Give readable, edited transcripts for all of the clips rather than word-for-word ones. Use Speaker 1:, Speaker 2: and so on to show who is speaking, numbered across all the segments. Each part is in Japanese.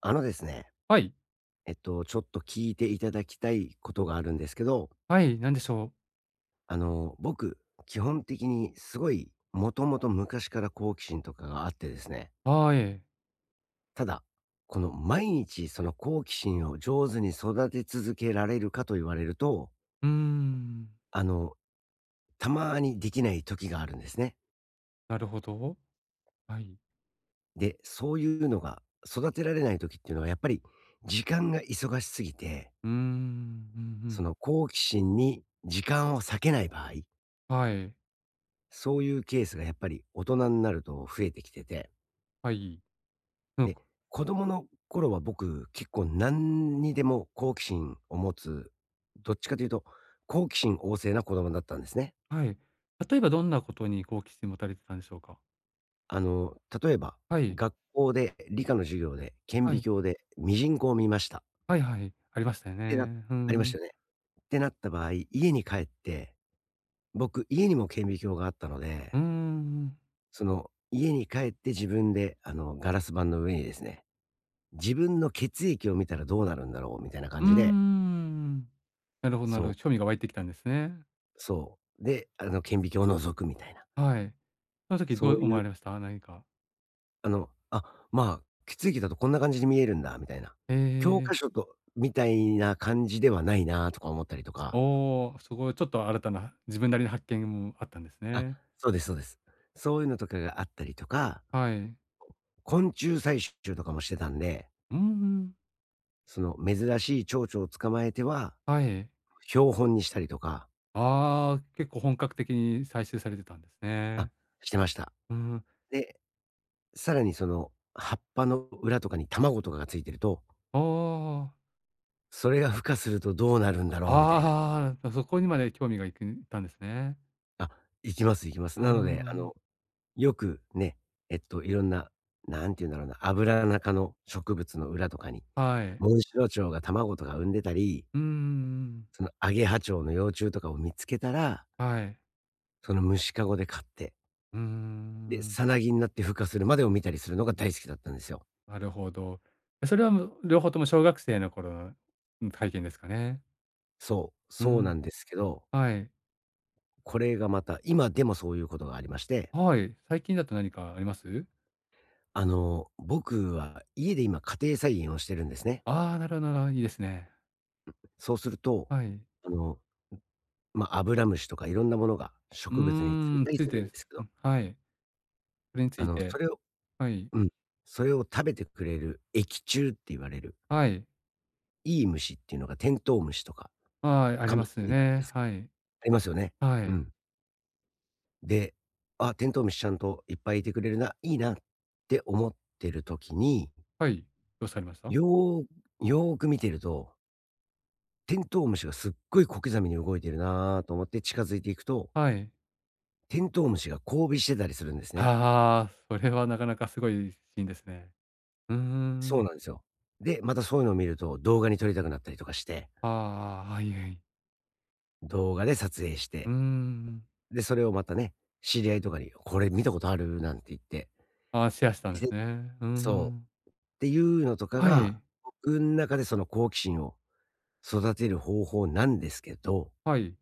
Speaker 1: あのですね、
Speaker 2: はい。
Speaker 1: ちょっと聞いていただきたいことがあるんですけど、
Speaker 2: はい、なんでしょう。
Speaker 1: 僕、基本的にすごい、もともと昔から好奇心とかがあってですね、
Speaker 2: ああ、ええ。
Speaker 1: ただ、この毎日その好奇心を上手に育て続けられるかと言われると、
Speaker 2: うーん、
Speaker 1: あの、たまにできない時があるんですね。
Speaker 2: なるほど。はい。
Speaker 1: で、そういうのが育てられない時っていうのは、やっぱり時間が忙しすぎて、
Speaker 2: うーん、うんう
Speaker 1: そ
Speaker 2: ん。
Speaker 1: の好奇心に時間を割けない場合、
Speaker 2: はい、
Speaker 1: そういうケースがやっぱり大人になると増えてきてて、
Speaker 2: はい。うん、
Speaker 1: で、子供の頃は僕結構何にでも好奇心を持つ、どっちかというと好奇心旺盛な子供だったんですね。
Speaker 2: はい。例えばどんなことに好奇心持たれてたんでしょうか？
Speaker 1: あの、例えば
Speaker 2: はい、
Speaker 1: 学校で理科の授業で顕
Speaker 2: は
Speaker 1: 微
Speaker 2: い、
Speaker 1: 鏡でミジンコを見ましたっ
Speaker 2: はいはい、ありましたよ
Speaker 1: て
Speaker 2: ね。うー
Speaker 1: りました
Speaker 2: ん。
Speaker 1: よね。ってなった場合、家に帰って、僕家にも顕微鏡があったので、
Speaker 2: うーん、
Speaker 1: その家に帰って自分でガラス板の上にですね自分の血液を見たらどうなるんだろうみたいな感
Speaker 2: うー
Speaker 1: じで、
Speaker 2: ん。なるほどなる
Speaker 1: そ
Speaker 2: ほど、
Speaker 1: う、
Speaker 2: 興味が湧いてきたんですね。
Speaker 1: そう。で、あの、顕微鏡を覗くみたいな。
Speaker 2: はい。その時
Speaker 1: そ
Speaker 2: ど
Speaker 1: う
Speaker 2: う
Speaker 1: い
Speaker 2: 思
Speaker 1: う、
Speaker 2: われました？何か。
Speaker 1: あの、あ、まあ、血液だとこんな感じに見えるんだみたいな。
Speaker 2: え
Speaker 1: 教科書
Speaker 2: え。
Speaker 1: とみたいな感じではないなとか思ったりとか。
Speaker 2: おお、すごいちょっと新たな自分なりの発見もあったんです
Speaker 1: あ、
Speaker 2: ね。
Speaker 1: そうですそうです。そういうのとかがあったりとか、
Speaker 2: はい。
Speaker 1: 昆虫採集とかもしてたんで、
Speaker 2: うーん、
Speaker 1: その珍しい蝶々を捕まえては
Speaker 2: はい。
Speaker 1: 標本にしたりとか、
Speaker 2: ああ、結構本格的に採集されてたんです
Speaker 1: あ、
Speaker 2: ね。
Speaker 1: してました。
Speaker 2: うん。
Speaker 1: でさらにその葉っぱの裏とかに卵とかがついてると、
Speaker 2: ああ、
Speaker 1: それが孵化するとどうなるんだろうみたいな。
Speaker 2: ああ、そこにまで興味がいったんですね。
Speaker 1: あ、行きます行きます。
Speaker 2: うー
Speaker 1: なので、
Speaker 2: ん、
Speaker 1: よくね、いろんな、なんて言うんだろうな、アブラナ科の植物の裏とかに、
Speaker 2: はい。
Speaker 1: モンシロチョウが卵とか産んでたり、
Speaker 2: うんん、
Speaker 1: そのアゲハチョウの幼虫とかを見つけたら、
Speaker 2: はい。
Speaker 1: その虫かごで飼って、
Speaker 2: うー
Speaker 1: で、
Speaker 2: ん、
Speaker 1: さなぎになって孵化するまでを見たりするのが大好きだったんですよ。
Speaker 2: なるほど。それはもう両方とも小学生の頃の、うん、体験ですかね。
Speaker 1: そう、
Speaker 2: う
Speaker 1: そうな
Speaker 2: ん、
Speaker 1: んですけど、
Speaker 2: はい。
Speaker 1: これがまた、今でもそういうことがありまして
Speaker 2: はい、最近だと何かあります？
Speaker 1: 僕は家で今家庭菜園をしてるんですね。
Speaker 2: ああ、なるほどなるほど、いいですね。
Speaker 1: そうすると、
Speaker 2: はい。
Speaker 1: あの、アブラムシとかいろんなものが
Speaker 2: う
Speaker 1: 植物につい
Speaker 2: ーん、
Speaker 1: たり
Speaker 2: つい
Speaker 1: するん
Speaker 2: て、
Speaker 1: ですけ
Speaker 2: う
Speaker 1: ど、
Speaker 2: ん、はい。それにつ
Speaker 1: あ
Speaker 2: い
Speaker 1: の、そ
Speaker 2: て、
Speaker 1: れを
Speaker 2: はい。
Speaker 1: うん、それを食べてくれる益虫って言われる、
Speaker 2: はい。
Speaker 1: いい虫っていうのがテントウムシとか
Speaker 2: ああ、あ
Speaker 1: カ
Speaker 2: り
Speaker 1: マ
Speaker 2: ま
Speaker 1: キ
Speaker 2: す
Speaker 1: リなんで
Speaker 2: ね。
Speaker 1: すけ
Speaker 2: は
Speaker 1: ど、
Speaker 2: い。
Speaker 1: ありますよね。
Speaker 2: は
Speaker 1: う
Speaker 2: い。
Speaker 1: ん。で、あ、テントウムシちゃんといっぱいいてくれるな、いいなって思ってる時に、
Speaker 2: はい。どうされました？
Speaker 1: よよーく見てるとテントウムシがすっごい小刻みに動いてるなと思って近づいていくと、
Speaker 2: はい。
Speaker 1: テントウムシが交尾してたりするんですね。
Speaker 2: ああ、それはなかなかすごいシーンですね。うー
Speaker 1: そ
Speaker 2: ん。
Speaker 1: うなんですよ。で、またそういうのを見ると動画に撮りたくなったりとかして、
Speaker 2: ああ、はいはい。
Speaker 1: 動画で撮影し
Speaker 2: うー
Speaker 1: て、
Speaker 2: ん。
Speaker 1: で、それをまたね、知り合いとかに、これ見たことあるなんて言って、
Speaker 2: ああ、シェアしたんで
Speaker 1: で
Speaker 2: すね。うー
Speaker 1: そう。
Speaker 2: ん。
Speaker 1: っていうのとか
Speaker 2: は
Speaker 1: が、
Speaker 2: い。
Speaker 1: 僕ん中でその好奇心を育てる方法なんですけど、
Speaker 2: はい。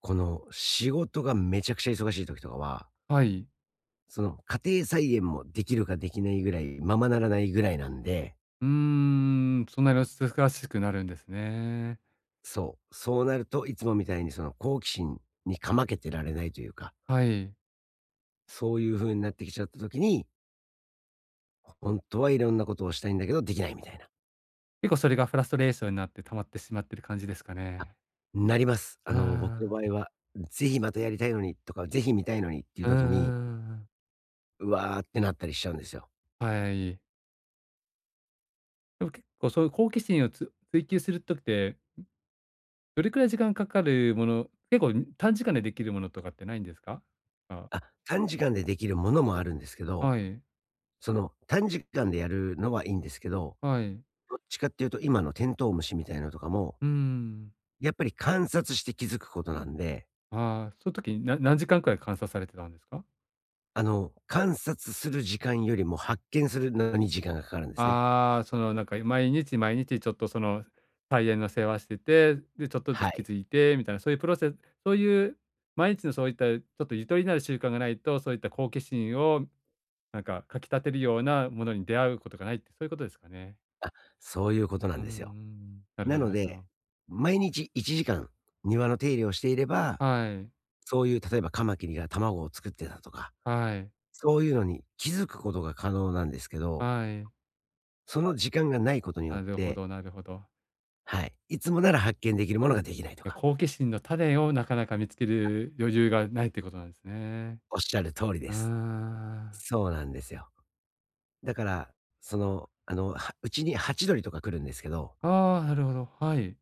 Speaker 1: この仕事がめちゃくちゃ忙しい時とかは、
Speaker 2: はい。
Speaker 1: その、家庭菜園もできるかできないぐらい、ままならないぐらいなんで、
Speaker 2: うーん、そんなに難しくなるんですね。
Speaker 1: そうなるといつもみたいにその好奇心にかまけてられないというか、
Speaker 2: はい。
Speaker 1: そういう風になってきちゃった時に、本当はいろんなことをしたいんだけどできないみたいな。
Speaker 2: 結構それがフラストレーションになって溜まってしまってる感じですか
Speaker 1: あ、
Speaker 2: ね。
Speaker 1: なります。僕の
Speaker 2: あ
Speaker 1: 場
Speaker 2: あ。
Speaker 1: 合は、ぜひまたやりたいのにとか、ぜひ見たいのにっていう
Speaker 2: うんう
Speaker 1: 時に、
Speaker 2: んうん。
Speaker 1: うわーってなったりしちゃうんですよ。
Speaker 2: はい。でも結構そういう好奇心を追求する時って、どれくらい時間かかるもの、結構短時間でできるものとかってないんですか？あ、
Speaker 1: 短時間でできるものもあるんですけど、
Speaker 2: はい、
Speaker 1: その短時間でやるのはいいんですけど、
Speaker 2: はい。
Speaker 1: どっちかっていうと今のテントウムシみたいなのとかも
Speaker 2: うーん。
Speaker 1: やっぱり観察して気づくことなんで、
Speaker 2: ああ、その時に何時間くらい観察されてたんですか？
Speaker 1: 観察する時間よりも発見するのに時間がかかるんですね。
Speaker 2: ああ、そのなんか毎日毎日ちょっとその菜園の世話してて、で、ちょっとず
Speaker 1: は
Speaker 2: つ気
Speaker 1: い。
Speaker 2: づいてみたいな、そういうプロセス、そういう毎日のそういったちょっとゆとりのある習慣がないと、そういった好奇心をなんかかき立てるようなものに出会うことがないって、そういうことですかね？
Speaker 1: そういうことな
Speaker 2: う
Speaker 1: ん
Speaker 2: ー
Speaker 1: ですよ。
Speaker 2: ん、なる
Speaker 1: な
Speaker 2: ほど
Speaker 1: の
Speaker 2: なるほ
Speaker 1: で、
Speaker 2: ど。
Speaker 1: 毎日1時間庭の手入れをしていれば、
Speaker 2: はい、
Speaker 1: そういう例えばカマキリが卵を作ってたとか、
Speaker 2: はい、
Speaker 1: そういうのに気づくことが可能なんですけど、
Speaker 2: はい。
Speaker 1: その時間がないことによ
Speaker 2: な
Speaker 1: っ
Speaker 2: るほ
Speaker 1: て、
Speaker 2: どなるほど。
Speaker 1: はい。いつもなら発見できるものができないと
Speaker 2: いや、
Speaker 1: か、
Speaker 2: 好奇心の種をなかなか見つける余裕がないってことなんですね。
Speaker 1: おっしゃる通りで
Speaker 2: うー
Speaker 1: す。
Speaker 2: ん。
Speaker 1: そうなんですよ。だから、うちにハチドリとか来るんですけど、
Speaker 2: ああ、なるほど、はい。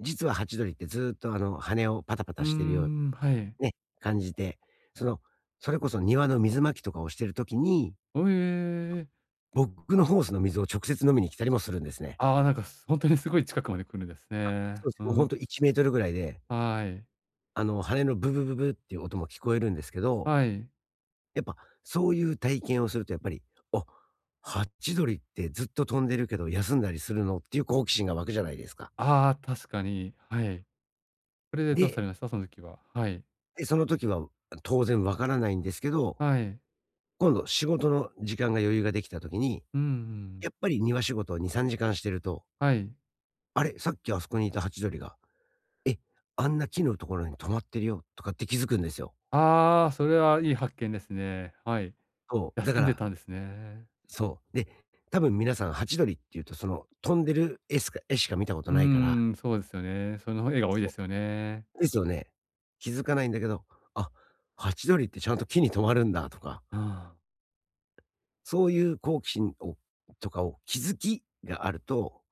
Speaker 1: 実はハチドリってずーっと羽をパタパ
Speaker 2: う
Speaker 1: タ
Speaker 2: ー
Speaker 1: してるよう
Speaker 2: ん、はい。
Speaker 1: にね、感じて、その、それこそ庭の水まきとかをしてる時に、
Speaker 2: おえ。
Speaker 1: 僕のホースの水を直接飲みに来たりもするんですね。
Speaker 2: ああ、なんか、本当にすごい近くまで来るんですね。
Speaker 1: そうです。
Speaker 2: う
Speaker 1: もうほん
Speaker 2: ん、
Speaker 1: と1メートルぐらいで、
Speaker 2: はい、
Speaker 1: 羽のブブブブっていう音も聞こえるんですけど、
Speaker 2: はい。
Speaker 1: やっぱそういう体験をするとやっぱり、あ、ハチドリってずっと飛んでるけど休んだりするのっていう好奇心が湧くじゃないですか。
Speaker 2: ああ、確かに、はい。それでどう
Speaker 1: で
Speaker 2: されました？その時は。はい、
Speaker 1: その時は当然わからないんですけど、
Speaker 2: はい。
Speaker 1: 今度仕事の時間が余裕ができた時に、
Speaker 2: うんうん。
Speaker 1: やっぱり庭仕事を2、3時間してると、
Speaker 2: はい。
Speaker 1: あれ、さっきあそこにいたハチドリが、え、あんな木のところに止まってるよとかって気づくんですよ。
Speaker 2: ああ、それはいい発見ですね。はい。
Speaker 1: そう、だか
Speaker 2: 休んで
Speaker 1: ら
Speaker 2: たんですね。
Speaker 1: そう。で、多分皆さんハチドリっていうとその飛んでる絵しか見たこ
Speaker 2: う
Speaker 1: とないから、
Speaker 2: ーん、そうですよね。その絵が多いで
Speaker 1: そ
Speaker 2: すよね。
Speaker 1: う、ですよね。気づかないんだけど、あ、ハチドリってちゃんと木に止まるんだとか、
Speaker 2: ああ、
Speaker 1: そういう好奇心をとかを気づきがあると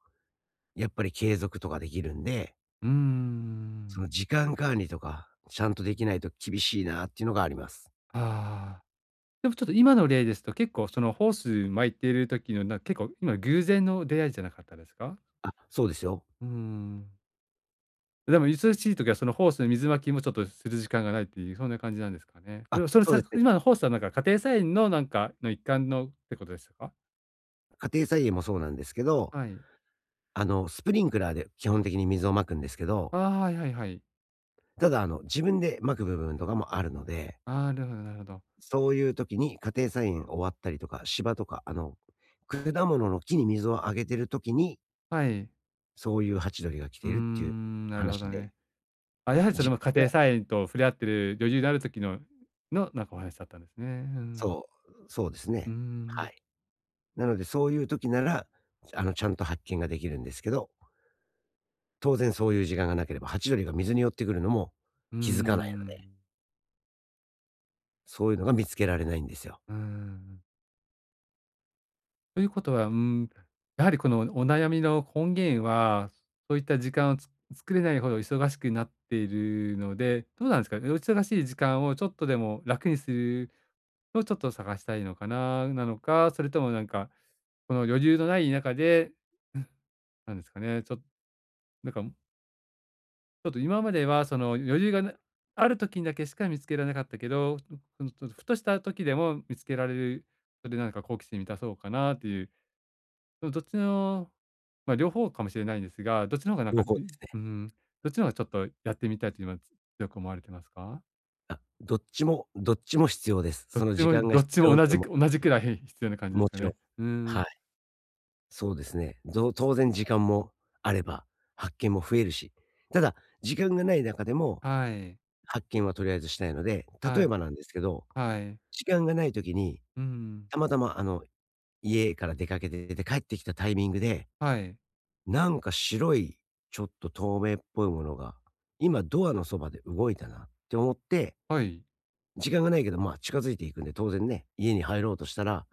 Speaker 1: やっぱり継続とかできるんで、
Speaker 2: うーん。
Speaker 1: その時間管理とか、ちゃんとできないと厳しいなっていうのがあります。
Speaker 2: ああ。でもちょっと今の例ですと、結構そのホース巻いている時の、結構今偶然の出会いじゃなかったですか？
Speaker 1: そうですよ。
Speaker 2: うーん。でも忙しい時はそのホースの水巻きもちょっとする時間がないっていう、そんな感じなんですかね。それはそれ
Speaker 1: そうで
Speaker 2: さ
Speaker 1: すね。
Speaker 2: 今のホースはなんか家庭菜園のなんかの一環のってことでしたか？
Speaker 1: 家庭菜園もそうなんですけど、
Speaker 2: はい。
Speaker 1: スプリンクラーで基本的に水をまくんですけど、
Speaker 2: ああ、はいはいはい。
Speaker 1: ただ、自分でまく部分とかもあるので、
Speaker 2: ああ、なるほどなるほど。
Speaker 1: そういう時に家庭菜園終わったりとか、芝とか、果物の木に水をあげてる時に、
Speaker 2: はい。
Speaker 1: そういうハチドリが来
Speaker 2: う
Speaker 1: て
Speaker 2: ー
Speaker 1: いるっていう
Speaker 2: ん、なるほ
Speaker 1: 話
Speaker 2: ど
Speaker 1: で、
Speaker 2: ね。あ、やはりそれ
Speaker 1: 時
Speaker 2: も
Speaker 1: 間
Speaker 2: 家
Speaker 1: が
Speaker 2: 庭菜園と触れ合ってる女優である時の、なんかお話だったんですね。うん。
Speaker 1: そそうです
Speaker 2: うー
Speaker 1: ね。は
Speaker 2: ん。
Speaker 1: い。なので、そういう時なら、ちゃんと発見ができるんですけど、当然そういう時間がなければ、ハチドリが水に寄ってくるのも
Speaker 2: うー
Speaker 1: 気づかないので、
Speaker 2: ん。
Speaker 1: そういうのが見つけられないんですよ。
Speaker 2: うーん。ということは、うーん、やはりこのお悩みの根源は、そういった時間を作れないほど忙しくなっているので、どうなんですかね、お忙しい時間をちょっとでも楽にするのをちょっと探したいのかな、なのか、それともなんか、この余裕のない中で、なんですかね、ちょっと、なんか、ちょっと今まではその余裕がある時にだけしか見つけられなかったけど、ふとした時でも見つけられる、それでなんか好奇心満たそうかなっていう、そのどっちの、まあ、両方かもしれないんですが、どっちの方がなん
Speaker 1: 両
Speaker 2: か、い、
Speaker 1: 方ですね。
Speaker 2: うん、どっちの方がちょっとやってみたいと今、強く思われてますか？
Speaker 1: どっちもどっちも必要です。
Speaker 2: どっ
Speaker 1: その
Speaker 2: ち
Speaker 1: 時
Speaker 2: も
Speaker 1: 間が
Speaker 2: どっ
Speaker 1: 必
Speaker 2: ち
Speaker 1: 要
Speaker 2: も
Speaker 1: なのも、
Speaker 2: 同じくらい必要な感じで
Speaker 1: も
Speaker 2: すか
Speaker 1: ちろん。
Speaker 2: ね。うー
Speaker 1: は
Speaker 2: ん、
Speaker 1: い、そうですね。当然時間もあれば、発見も増えるし、ただ、時間がない中でも、
Speaker 2: はい、
Speaker 1: 発見はとりあえずしたいので、例
Speaker 2: は
Speaker 1: え
Speaker 2: い、
Speaker 1: ばなんですけど、
Speaker 2: はい、
Speaker 1: 時間がない時に、
Speaker 2: うん、
Speaker 1: たまたま、家から出かけてて帰ってきたタイミングで、
Speaker 2: はい、
Speaker 1: なんか白い、ちょっと透明っぽいものが、今ドアのそばで動いたなって思って、
Speaker 2: はい。
Speaker 1: 時間がないけど、まあ、近づいていくんで、当然ね、家に入ろうとしたら、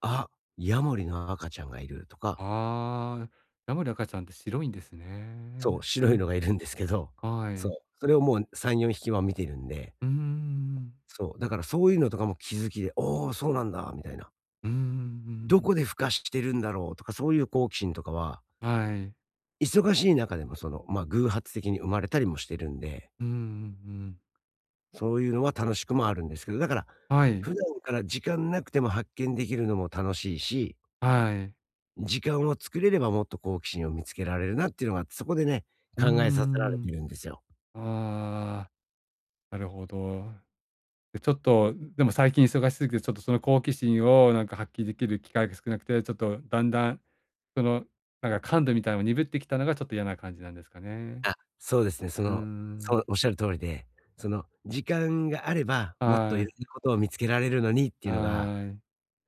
Speaker 1: あ、ヤモリの赤ちゃんがいるとか、
Speaker 2: ああ、ヤモリ赤ちゃんって白いんです
Speaker 1: そう、
Speaker 2: ね。う
Speaker 1: 白い
Speaker 2: ん。
Speaker 1: のがいるんですけど、
Speaker 2: は
Speaker 1: そ
Speaker 2: い。
Speaker 1: う、それをもう3、4匹は見てるんで、
Speaker 2: うーん。
Speaker 1: そう、だからそういうのとかも気づきで、おお、そうなんだ、みたいな。
Speaker 2: うーん。
Speaker 1: どこで孵化してるんだろうとか、そういう好奇心とかは、
Speaker 2: はい。
Speaker 1: 忙しい中でもその、まあ、偶発的に生まれたりもしてるんで、
Speaker 2: うんうん、
Speaker 1: そういうのは楽しくもあるんですけど、だから、
Speaker 2: はい。
Speaker 1: 普段から時間なくても発見できるのも楽しいし、
Speaker 2: はい。
Speaker 1: 時間を作れればもっと好奇心を見つけられるなっていうのがあって、そこでね、
Speaker 2: う
Speaker 1: 考えさせられ
Speaker 2: ん
Speaker 1: て
Speaker 2: ん、
Speaker 1: るんですよ。
Speaker 2: ああ、なるほど。で、ちょっと、でも最近忙しすぎて、ちょっとその好奇心をなんか発揮できる機会が少なくて、ちょっとだんだん、その、なんか感度みたいなのが鈍ってきたのがちょっと嫌な感じなんですかね。
Speaker 1: そうですね。
Speaker 2: うー
Speaker 1: そ
Speaker 2: ん。
Speaker 1: うおっしゃる通りで、その時間があれば、もっとい
Speaker 2: は
Speaker 1: ろんな
Speaker 2: い。
Speaker 1: ことを見つけられるのにってい
Speaker 2: は
Speaker 1: うのが、
Speaker 2: い。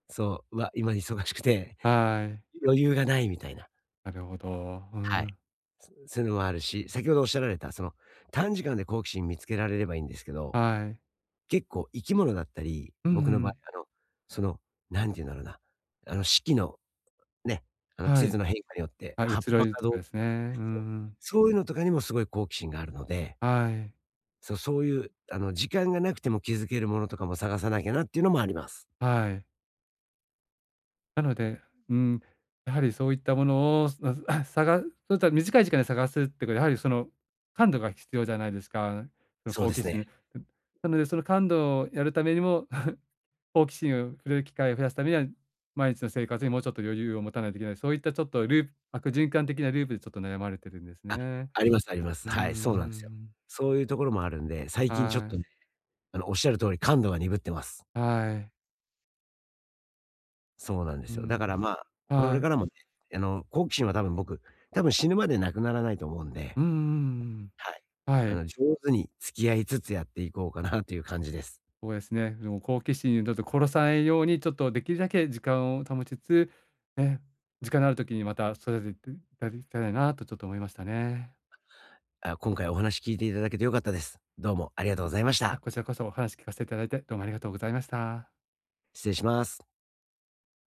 Speaker 1: そう、うわ、今忙しくて
Speaker 2: はい。
Speaker 1: 余裕がないみたいな。
Speaker 2: なるほど。う
Speaker 1: はい。
Speaker 2: ん。
Speaker 1: そういうのもあるし、先ほどおっしゃられた、その、短時間で好奇心見つけられればいいんですけど、
Speaker 2: はい。
Speaker 1: 結構生き物だったり、
Speaker 2: う
Speaker 1: 僕の場合、
Speaker 2: ん。
Speaker 1: あの、その、何て言うんだろうな、あの、四季のね、季
Speaker 2: は
Speaker 1: 節
Speaker 2: い。
Speaker 1: の変化によって
Speaker 2: はい、
Speaker 1: 葉っ
Speaker 2: 移ろ
Speaker 1: ぱ
Speaker 2: い
Speaker 1: が
Speaker 2: と
Speaker 1: どう
Speaker 2: かですね。う
Speaker 1: そう、
Speaker 2: ん、
Speaker 1: そういうのとかにもすごい好奇心があるので、
Speaker 2: はい、
Speaker 1: そうそういう、あの、時間がなくても気づけるものとかも探さなきゃなっていうのもあります。
Speaker 2: はい。なので、うん、やはりそういったものを、なあ、そういった短い時間で探すってことは、やはりその感度が必要じゃないですか。その
Speaker 1: そう
Speaker 2: 好
Speaker 1: で
Speaker 2: 奇
Speaker 1: すね。
Speaker 2: 心。なので、その感度をやるためにも、好奇心を触れる機会を増やすためには、毎日の生活にもうちょっと余裕を持たないといけない。そういったちょっとループ、悪循環的なループでちょっと悩まれてるんです
Speaker 1: あ、
Speaker 2: ね。
Speaker 1: ありますあります。
Speaker 2: うん
Speaker 1: はい、そうなんです
Speaker 2: ん、
Speaker 1: よ。そういうところもあるんで、最近ちょっ
Speaker 2: は
Speaker 1: とね、
Speaker 2: い、
Speaker 1: おっしゃる通り感度が鈍ってます。
Speaker 2: はい。
Speaker 1: そうなんで
Speaker 2: う
Speaker 1: すよ。だから
Speaker 2: ん、
Speaker 1: まあ、これ
Speaker 2: は
Speaker 1: か
Speaker 2: い。
Speaker 1: らもね、好奇心は多分死ぬまでなくならないと思うんで、
Speaker 2: うん。
Speaker 1: はい。
Speaker 2: はい、
Speaker 1: 上手に付き合いつつやっていこうかなという感じです。
Speaker 2: そうですね。でも好奇心にちょっと殺さないように、ちょっとできるだけ時間を保ちつつ、ね、時間のある時にまた育てていただきたいなとちょっと思いましたね。
Speaker 1: 今回お話聞いていただけて良かったです。どうもありがとうございまし
Speaker 2: いや、
Speaker 1: た。
Speaker 2: こちらこそお話聞かせていただいて、どうもありがとうございました。
Speaker 1: 失礼します。